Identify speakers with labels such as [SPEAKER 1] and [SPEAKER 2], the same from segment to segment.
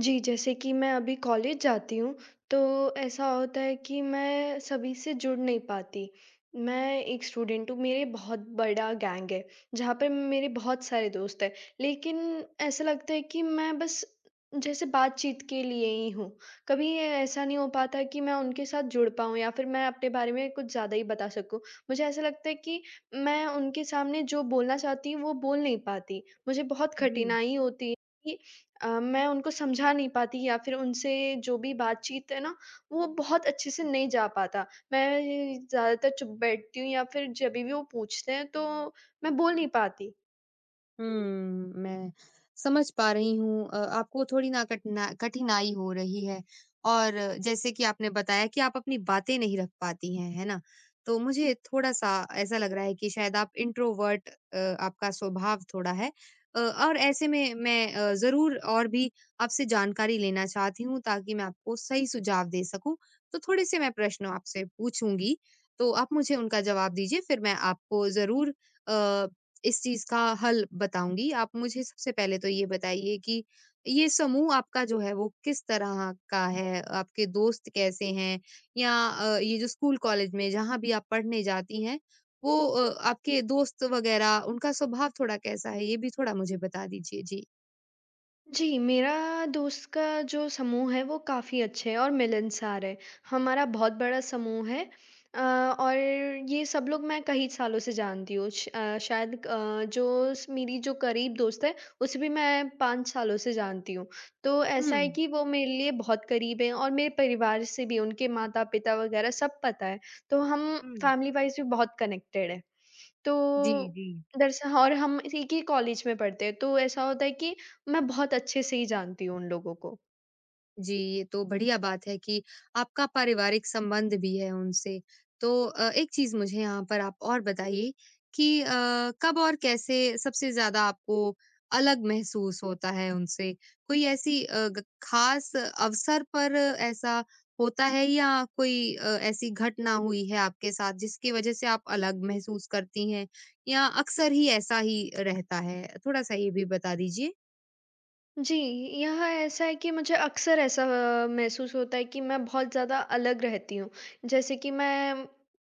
[SPEAKER 1] जी, जैसे कि मैं अभी कॉलेज जाती हूँ, तो ऐसा होता है कि मैं सभी से जुड़ नहीं पाती। मैं एक स्टूडेंट हूँ, मेरे बहुत बड़ा गैंग है, जहाँ पे मेरे बहुत सारे दोस्त हैं। लेकिन ऐसा लगता है कि मैं बस जैसे बातचीत के लिए ही हूँ। कभी ए ऐसा नहीं हो पाता कि मैं उनके साथ जुड़ पाऊँ या फिर मैं अपने बारे में कुछ ज़्यादा ही बता सकूँ। मुझे ऐसा लगता है कि मैं उनके सामने जो बोलना चाहती हूँ, वो बोल नहीं पाती। मुझे बहुत
[SPEAKER 2] जी।
[SPEAKER 1] कठिनाई होती है कि मैं उनको समझा नहीं पाती या फिर उनसे जो भी बातचीत है ना, वो बहुत अच्छे से नहीं जा पाता। मैं ज़्यादातर चुप बैठती हूँ या फिर जभी भी वो पूछते हैं तो मैं बोल नहीं पाती।
[SPEAKER 2] हुँ, मैं समझ पा रही हूँ आपको थोड़ी ना कठिनाई हो रही है और जैसे कि आपने बताया कि आप अपनी बातें नहीं रख पाती हैं, है ना? तो मुझे थोड़ा-सा ऐसा लग रहा है कि शायद आप इंट्रोवर्ट आपका स्वभाव थोड़ा है और ऐसे में मैं ज़रूर और भी आपसे जानकारी लेना चाहती हूँ ताकि मैं आपको सही सुझाव दे सकूँ। तो थोड़े-से मैं प्रश्न आपसे पूछूँगी, तो आप मुझे उनका जवाब दीजिए फिर मैं आपको ज़रूर अ, इस चीज़ का हल बताऊँगी। आप मुझे सबसे पहले तो ये बताइए कि ये समूह आपका जो है वो किस तरह का है? आपके दोस्त कैसे हैं? या ये जो स्कूल कॉलेज में जहाँ भी आप पढ़ने जाती हैं वो आपके दोस्त वग़ैरह उनका स्वभाव थोड़ा कैसा है? ये भी थोड़ा मुझे बता दीजिए। जी।
[SPEAKER 1] जी, मेरा दोस्त का जो समूह है, वो काफ़ी अच्छे हैं और मिलनसार है। हमारा बहुत बड़ा समूह है, अ, और ये सब लोग मैं कई सालों से जानती हूँ। श अ, शायद अ, जो स मेरी जो करीब दोस्त है, उसे भी मैं 5 सालों से जानती हूँ। तो ऐसा है
[SPEAKER 2] हुँ।
[SPEAKER 1] कि वो मेरे लिए बहुत करीब हैं और मेरे परिवार से भी, उनके माता-पिता वगैरह सब पता है। तो हम
[SPEAKER 2] हुँ।
[SPEAKER 1] फैमिली वाइज़ भी बहुत कनेक्टेड हैं।
[SPEAKER 2] जी,
[SPEAKER 1] तो
[SPEAKER 2] जी।
[SPEAKER 1] दरअसल हाँ, और हम एक ही कॉलेज में पढ़ते हैं, तो ऐसा होता है कि मैं बहुत अच्छे से ही जानती हूँ उन लोगों को।
[SPEAKER 2] जी, ये तो बढ़िया बात है कि आपका पारिवारिक संबंध भी है उनसे। तो एक चीज़ मुझे यहाँ पर आप और बताइए कि कब और कैसे सबसे ज़्यादा आपको अलग महसूस होता है उनसे? कोई ऐसी अ, ग खास अवसर पर ऐसा होता है या कोई ऐसी घटना हुई है आपके साथ जिसकी वज़ह से आप अलग महसूस करती हैं या अक्सर ही ऐसा ही रहता है? थोड़ा-सा ये भी बता दीजिए।
[SPEAKER 1] जी, यहाँ ऐसा है कि मुझे अक्सर ऐसा महसूस होता है कि मैं बहुत ज़्यादा अलग रहती हूँ। जैसे कि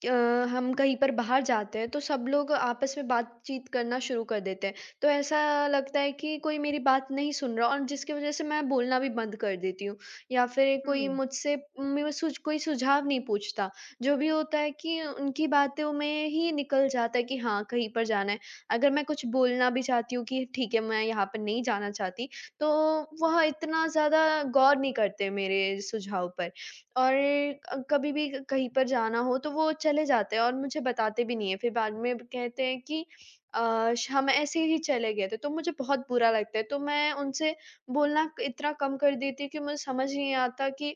[SPEAKER 1] अ, हम कहीं पर बाहर जाते हैं, तो सब लोग आपस में बातचीत करना शुरू कर देते हैं। तो ऐसा लगता है कि कोई मेरी बात नहीं सुन रहा और जिसकी वज़ह से मैं बोलना भी बंद कर देती हूँ या फिर कोई
[SPEAKER 2] हुँ।
[SPEAKER 1] मुझसे मेरा सुझ कोई सुझाव नहीं पूछता। जो भी होता है कि उनकी बातों में ही निकल जाता है कि हाँ, कहीं पर जाना है। अगर मैं कुछ बोलना भी चाहती हूँ कि ठीक है, मैं यहाँ पर नहीं जाना चाहती, तो वह इतना ज़्यादा गौर नहीं करते मेरे सुझाव पर, और कभी भी कहीं पर जाना हो तो वो चले जाते हैं और मुझे बताते भी नहीं है। फिर बाद में कहते हैं कि अ, श हम ऐसे ही चले गए थे, तो मुझे बहुत बुरा लगता है। तो मैं उनसे बोलना इतना कम कर देती हूँ कि मुझे समझ नहीं आता कि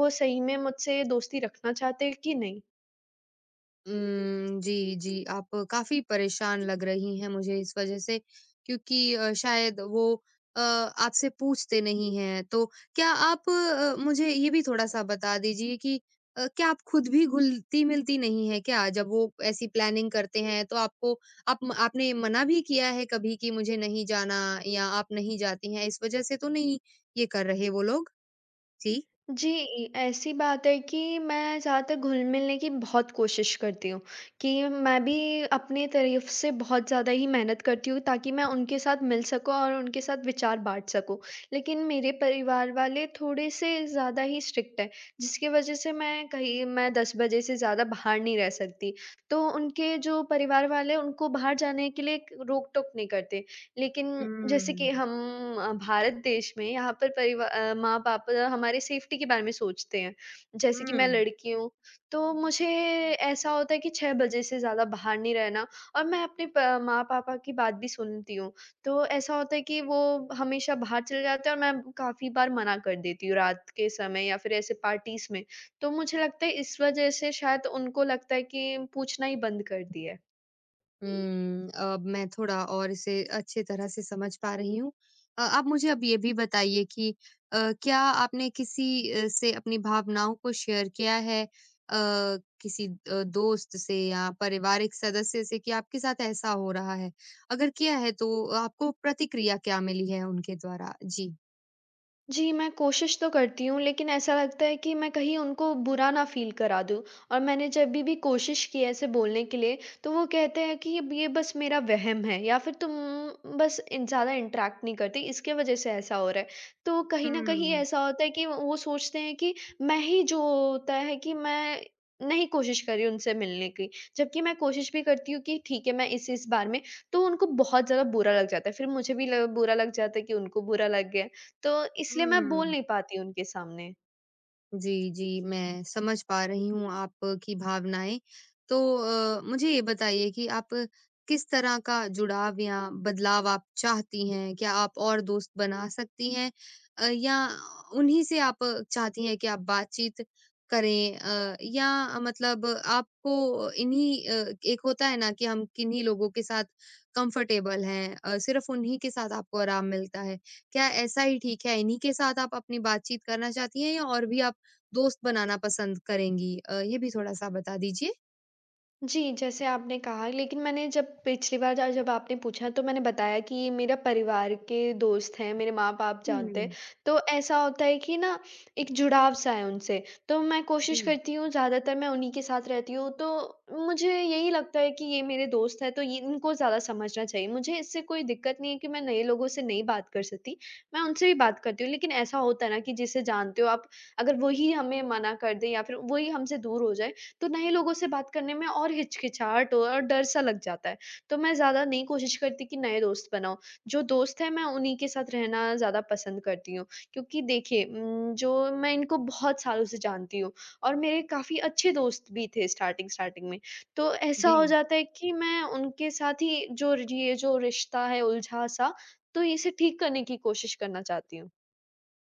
[SPEAKER 1] वो सही में मुझसे दोस्ती रखना चाहते हैं कि नहीं।
[SPEAKER 2] जी, जी। आप काफ़ी परेशान लग रही हैं मुझे इस वज़ह से क्योंकि शायद वो आपसे पूछते नहीं हैं। तो क्या आप मुझे ये भी थोड़ा-सा बता दीजिए कि क्या आप खुद भी घुलती-मिलती नहीं हैं क्या? जब वो ऐसी प्लानिंग करते हैं तो आपको आप आपने मना भी किया है कभी कि मुझे नहीं जाना या आप नहीं जाती हैं, इस वज़ह से तो नहीं ये कर रहे वो लोग? जी।
[SPEAKER 1] जी, ऐसी बात है कि मैं ज़्यादातर घुल-मिलने की बहुत कोशिश करती हूँ, कि मैं भी अपनी तरफ से बहुत ज़्यादा ही मेहनत करती हूँ ताकि मैं उनके साथ मिल सकूँ और उनके साथ विचार बाँट सकूँ। लेकिन मेरे परिवार वाले थोड़े-से ज़्यादा ही स्ट्रिक्ट हैं, जिसकी वज़ह से मैं 10 बजे से ज़्यादा बाहर नहीं रह सकती। तो उनके जो परिवार वाले हैं, उनको बाहर जाने के लिए एक रोक-टोक नहीं करते। लेकिन
[SPEAKER 2] हुँ,
[SPEAKER 1] जैसे कि हम भारत देश में, यहाँ पर माँ-पापा हमारे सेफ्टी के बारे में सोचते हैं। जैसे कि
[SPEAKER 2] हुँ।
[SPEAKER 1] मैं लड़की हूँ, तो मुझे ऐसा होता है कि 6 बजे से ज़्यादा बाहर नहीं रहना, और मैं अपने प माँ-पापा की बात भी सुनती हूँ। तो ऐसा होता है कि वो हमेशा बाहर चले जाते हैं और मैं काफ़ी बार मना कर देती हूँ रात के समय या फिर ऐसे पार्टीज़ में। तो मुझे लगता है इस वजह से शायद उनको लगता है कि पूछना ही बंद कर दिया है।
[SPEAKER 2] अब मैं थोड़ा और इसे अच्छी तरह से समझ पा रही हूँ। आप मुझे अब ये भी बताइए कि क्या आपने किसी से अपनी भावनाओं को शेयर किया है? किसी दोस्त से या पारिवारिक सदस्य से कि आपके साथ ऐसा हो रहा है? अगर किया है तो आपको प्रतिक्रिया क्या मिली है उनके द्वारा? जी।
[SPEAKER 1] जी, मैं कोशिश तो करती हूँ, लेकिन ऐसा लगता है कि मैं कहीं उनको बुरा ना फ़ील करा दूँ, और मैंने जब भी कोशिश की है ऐसे बोलने के लिए, तो वो कहते हैं कि अब ये बस मेरा वहम है या फिर तुम बस इन ज़्यादा इंटरैक्ट नहीं करती, इसके वज़ह से ऐसा हो रहा है। तो कहीं न कहीं
[SPEAKER 2] हुँ,
[SPEAKER 1] ऐसा होता है कि वो सोचते हैं कि मैं ही जो होता है कि मैं नहीं कोशिश कर रही उनसे मिलने की, जबकि मैं कोशिश भी करती हूँ कि ठीक है, मैं इस-इस बार में, तो उनको बहुत ज़्यादा बुरा लग जाता है। फिर मुझे भी ल बुरा लग जाता है कि उनको बुरा लग गया। तो इसलिए मैं बोल
[SPEAKER 2] हुँ।
[SPEAKER 1] नहीं पाती उनके सामने।
[SPEAKER 2] जी, जी, मैं समझ पा रही हूँ आपकी भावनाएँ। तो मुझे ये बताइए कि आप किस तरह का जुड़ाव या बदलाव आप चाहती हैं? क्या आप और दोस्त बना सकती हैं? या उन्हीं से आप चाहती हैं कि आप बातचीत करें? या मतलब आपको इन्हीं एक होता है ना कि हम किन्हीं लोगों के साथ कंफर्टेबल हैं, सिर्फ़ उन्हीं के साथ आपको आराम मिलता है। क्या ऐसा ही ठीक है, इन्हीं के साथ आप अपनी बातचीत करना चाहती हैं या और भी आप दोस्त बनाना पसंद करेंगी? ये भी थोड़ा-सा बता दीजिए।
[SPEAKER 1] जी, जैसे आपने कहा, लेकिन मैंने जब पिछली बार, ज जब आपने पूछा, तो मैंने बताया कि ये मेरा परिवार के दोस्त हैं, मेरे माँ-बाप जानते हैं।
[SPEAKER 2] हुँ,
[SPEAKER 1] तो ऐसा होता है कि ना, एक जुड़ाव-सा है उनसे, तो मैं कोशिश
[SPEAKER 2] जी,
[SPEAKER 1] करती हूँ, ज़्यादातर मैं उन्हीं के साथ रहती हूँ। तो मुझे यही लगता है कि ये मेरे दोस्त हैं, तो ये इनको ज़्यादा समझना चाहिए। मुझे इससे कोई दिक्कत नहीं है कि मैं नए लोगों से नहीं बात कर सकती, मैं उनसे भी बात करती हूँ। लेकिन ऐसा होता है ना कि जिसे जानते हो आप, अगर वही हमें मना कर दें या फिर वही हमसे दूर हो जाए, तो नए लोगों से बात करने में और हिचकिचाहट हो और डर-सा लग जाता है। तो मैं ज़्यादा नहीं कोशिश करती कि नए दोस्त बनाऊँ, जो दोस्त हैं मैं उन्हीं के साथ रहना ज़्यादा पसंद करती हूँ। क्योंकि देखिए, जो मैं इनको बहुत सालों से जानती हूँ, और मेरे काफ़ी अच्छे दोस्त भी थे स्टार्टिंग-स्टार्टिंग में। तो ऐसा
[SPEAKER 2] जी।
[SPEAKER 1] हो जाता है कि मैं उनके साथ ही जो र ये जो रिश्ता है उलझा-सा, तो इसे ठीक करने की कोशिश करना चाहती हूँ।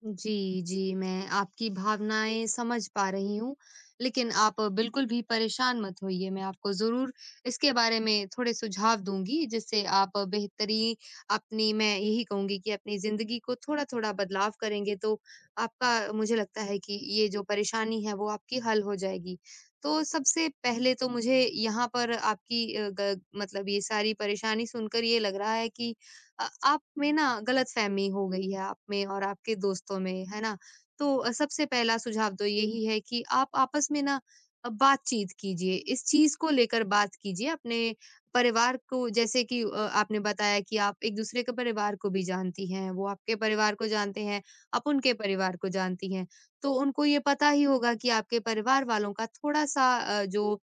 [SPEAKER 2] जी, जी, मैं आपकी भावनाएँ समझ पा रही हूँ, लेकिन आप बिल्कुल भी परेशान मत होइए, मैं आपको ज़रूर इसके बारे में थोड़े सुझाव दूँगी, जिससे आप बेहतरी अपनी मैं यही कहूँगी कि अपनी ज़िंदगी को थोड़ा-थोड़ा बदलाव करेंगे, तो आपका मुझे लगता है कि ये जो परेशानी है, वो आपकी हल हो जाएगी। तो सबसे पहले तो मुझे यहाँ पर आपकी अ, ग मतलब ये सारी परेशानी सुनकर ये लग रहा है कि आप में ना गलतफ़हमी हो गई है आप में और आपके दोस्तों में, है ना? तो सबसे पहला सुझाव तो यही है कि आप आपस में ना बातचीत कीजिए, इस चीज़ को लेकर बात कीजिए अपने परिवार को, जैसे कि आपने बताया कि आप एक-दूसरे के परिवार को भी जानती हैं, वो आपके परिवार को जानते हैं, आप उनके परिवार को जानती हैं। तो उनको ये पता ही होगा कि आपके परिवार वालों का थोड़ा-सा जो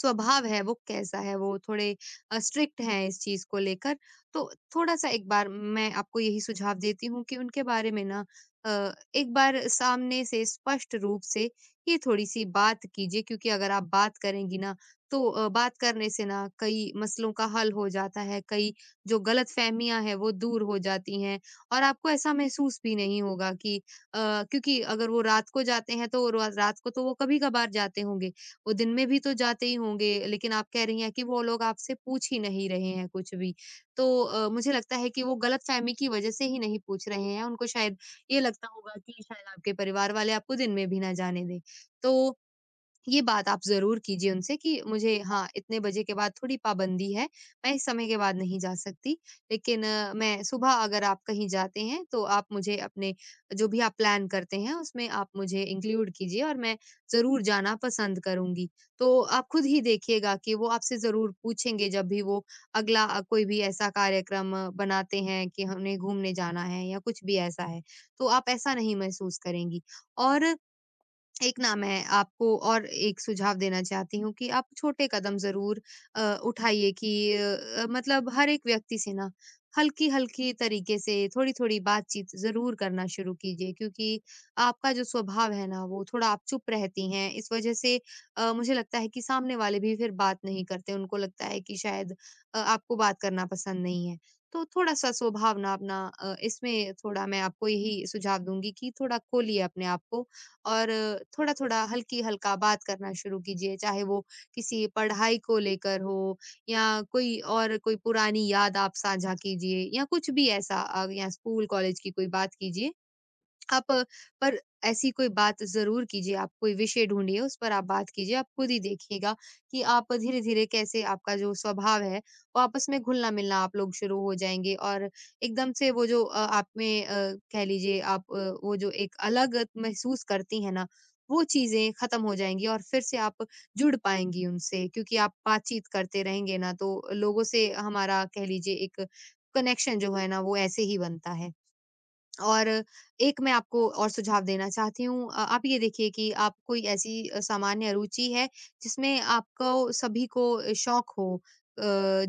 [SPEAKER 2] स्वभाव है वो कैसा है, वो थोड़े स्ट्रिक्ट हैं इस चीज़ को लेकर। तो थोड़ा-सा एक बार मैं आपको यही सुझाव देती हूँ कि उनके बारे में ना एक बार सामने से स्पष्ट रूप से ये थोड़ी-सी बात कीजिए, क्योंकि अगर आप बात करेंगी ना तो बात करने से ना कई मसलों का हल हो जाता है, कई जो गलतफ़हमियाँ हैं वो दूर हो जाती हैं और आपको ऐसा महसूस भी नहीं होगा कि क्योंकि अगर वो रात को जाते हैं तो वो रा रात को तो वो कभी-कभार जाते होंगे। वो दिन में भी तो जाते ही होंगे, लेकिन आप कह रही हैं कि वो लोग आपसे पूछ ही नहीं रहे हैं कुछ भी। तो मुझे लगता है कि वो गलतफ़हमी की वजह से ही नहीं पूछ रहे हैं, उनको शायद ये लगता होगा कि शायद आपके परिवार वाले आपको दिन में भी ना जाने दें। तो ये बात आप ज़रूर कीजिए उनसे कि मुझे हाँ, इतने बजे के बाद थोड़ी पाबंदी है, मैं इस समय के बाद नहीं जा सकती। लेकिन मैं सुबह अगर आप कहीं जाते हैं, तो आप मुझे अपने जो भी आप प्लान करते हैं, उसमें आप मुझे इंक्लूड कीजिए और मैं ज़रूर जाना पसंद करूँगी। तो आप खुद ही देखिएगा कि वो आपसे ज़रूर पूछेंगे जब भी वो अगला कोई भी ऐसा कार्यक्रम बनाते हैं कि हमने घूमने जाना है या कुछ भी ऐसा है, तो आप ऐसा नहीं महसूस करेंगी। और एक ना मैं आपको और एक सुझाव देना चाहती हूँ कि आप छोटे कदम ज़रूर उठाइए कि मतलब हर एक व्यक्ति से ना हल्की-हल्की तरीके से थोड़ी-थोड़ी बातचीत ज़रूर करना शुरू कीजिए, क्योंकि आपका जो स्वभाव है ना वो थोड़ा आप चुप रहती हैं। इस वज़ह से मुझे लगता है कि सामने वाले भी फिर बात नहीं करते। उनको लगता है कि शायद आपको बात करना पसंद नहीं है। तो थोड़ा-सा स्वभाव ना अपना इसमें थोड़ा मैं आपको यही सुझाव दूँगी कि थोड़ा खोलिए अपने आप को और थोड़ा-थोड़ा हल्की-हल्का बात करना शुरू कीजिए, चाहे वो किसी पढ़ाई को लेकर हो या कोई और कोई पुरानी याद आप साझा कीजिए या कुछ भी ऐसा, या स्कूल कॉलेज की कोई बात कीजिए आप, पर ऐसी कोई बात ज़रूर कीजिए, आप कोई विषय ढूँढिए, उस पर आप बात कीजिए, आप खुद ही देखिएगा कि आप धीरे-धीरे कैसे आपका जो स्वभाव है, वो आपस में घुलना-मिलना आप लोग शुरू हो जाएँगे और एकदम से वो जो आप में कह लीजिए आप वो जो एक अलग महसूस करती हैं ना, वो चीज़ें ख़त्म हो जाएँगी और फिर से आप जुड़ पाएँगी उनसे, क्योंकि आप बातचीत करते रहेंगे ना, तो लोगों से हमारा कह लीजिए एक कनेक्शन जो है ना, वो ऐसे ही बनता है। और एक मैं आपको और सुझाव देना चाहती हूँ, आप ये देखिए कि आप कोई ऐसी सामान्य रुचि है जिसमें आपको सभी को शौक हो, अ,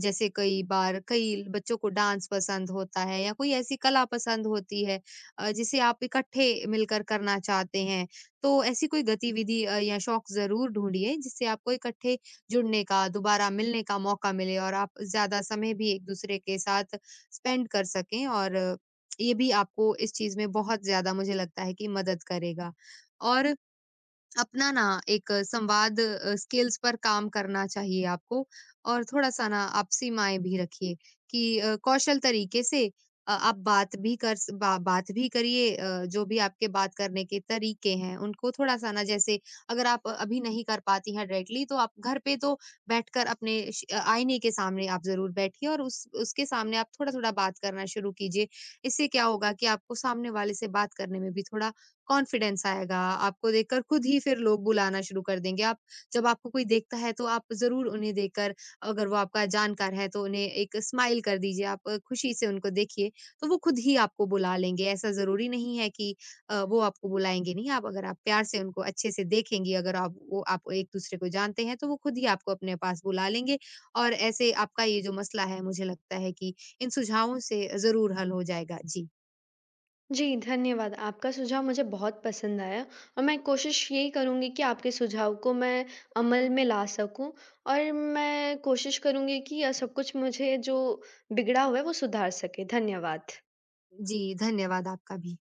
[SPEAKER 2] जैसे कई बार कई बच्चों को डांस पसंद होता है या कोई ऐसी कला पसंद होती है जिसे आप इकट्ठे मिलकर करना चाहते हैं, तो ऐसी कोई गतिविधि या शौक जरूर ढूंढिए जिससे आपको इकट्ठे जुड़ने का, दोबारा मिलने का मौका मिले और आप ज्यादा समय भी एक दूसरे के साथ स्पेंड कर सकें, और ये भी आपको इस चीज़ में बहुत ज़्यादा मुझे लगता है कि मदद करेगा। और अपना ना एक संवाद स्किल्स पर काम करना चाहिए आपको और थोड़ा-सा ना आप सीमाएँ भी रखिए कि कौशल तरीके से आप बात भी कर स बा बात भी करिए, जो भी आपके बात करने के तरीके हैं, उनको थोड़ा-सा ना जैसे अगर आप अभी नहीं कर पाती हैं डायरेक्टली, तो आप घर पे तो बैठकर अपने आईने के सामने आप ज़रूर बैठिए और उस उसके सामने आप थोड़ा-थोड़ा बात करना शुरू कीजिए। इससे क्या होगा कि आपको सामने वाले से बात करने में भी थोड़ा कॉन्फिडेंस आएगा, आपको देखकर खुद ही फिर लोग बुलाना शुरू कर देंगे। आप जब आपको कोई देखता है तो आप ज़रूर उन्हें देखकर, अगर वो आपका जानकार है तो उन्हें एक स्माइल कर दीजिए, आप खुशी से उनको देखिए, तो वो खुद ही आपको बुला लेंगे। ऐसा ज़रूरी नहीं है कि वो आपको बुलाएँगे नहीं, आप अगर आप प्यार से उनको अच्छे से देखेंगी, अगर आप वो आप एक-दूसरे को जानते हैं, तो वो खुद ही आपको अपने पास बुला लेंगे और ऐसे आपका ये जो मसला है, मुझे लगता है कि इन सुझावों से ज़रूर हल हो जाएगा। जी।
[SPEAKER 1] जी, धन्यवाद। आपका सुझाव मुझे बहुत पसंद आया, और मैं कोशिश यही करूँगी कि आपके सुझाव को मैं अमल में ला सकूँ, और मैं कोशिश करूँगी कि यह सब कुछ मुझे जो बिगड़ा हुआ है, वो सुधार सके। धन्यवाद।
[SPEAKER 2] जी, धन्यवाद आपका भी।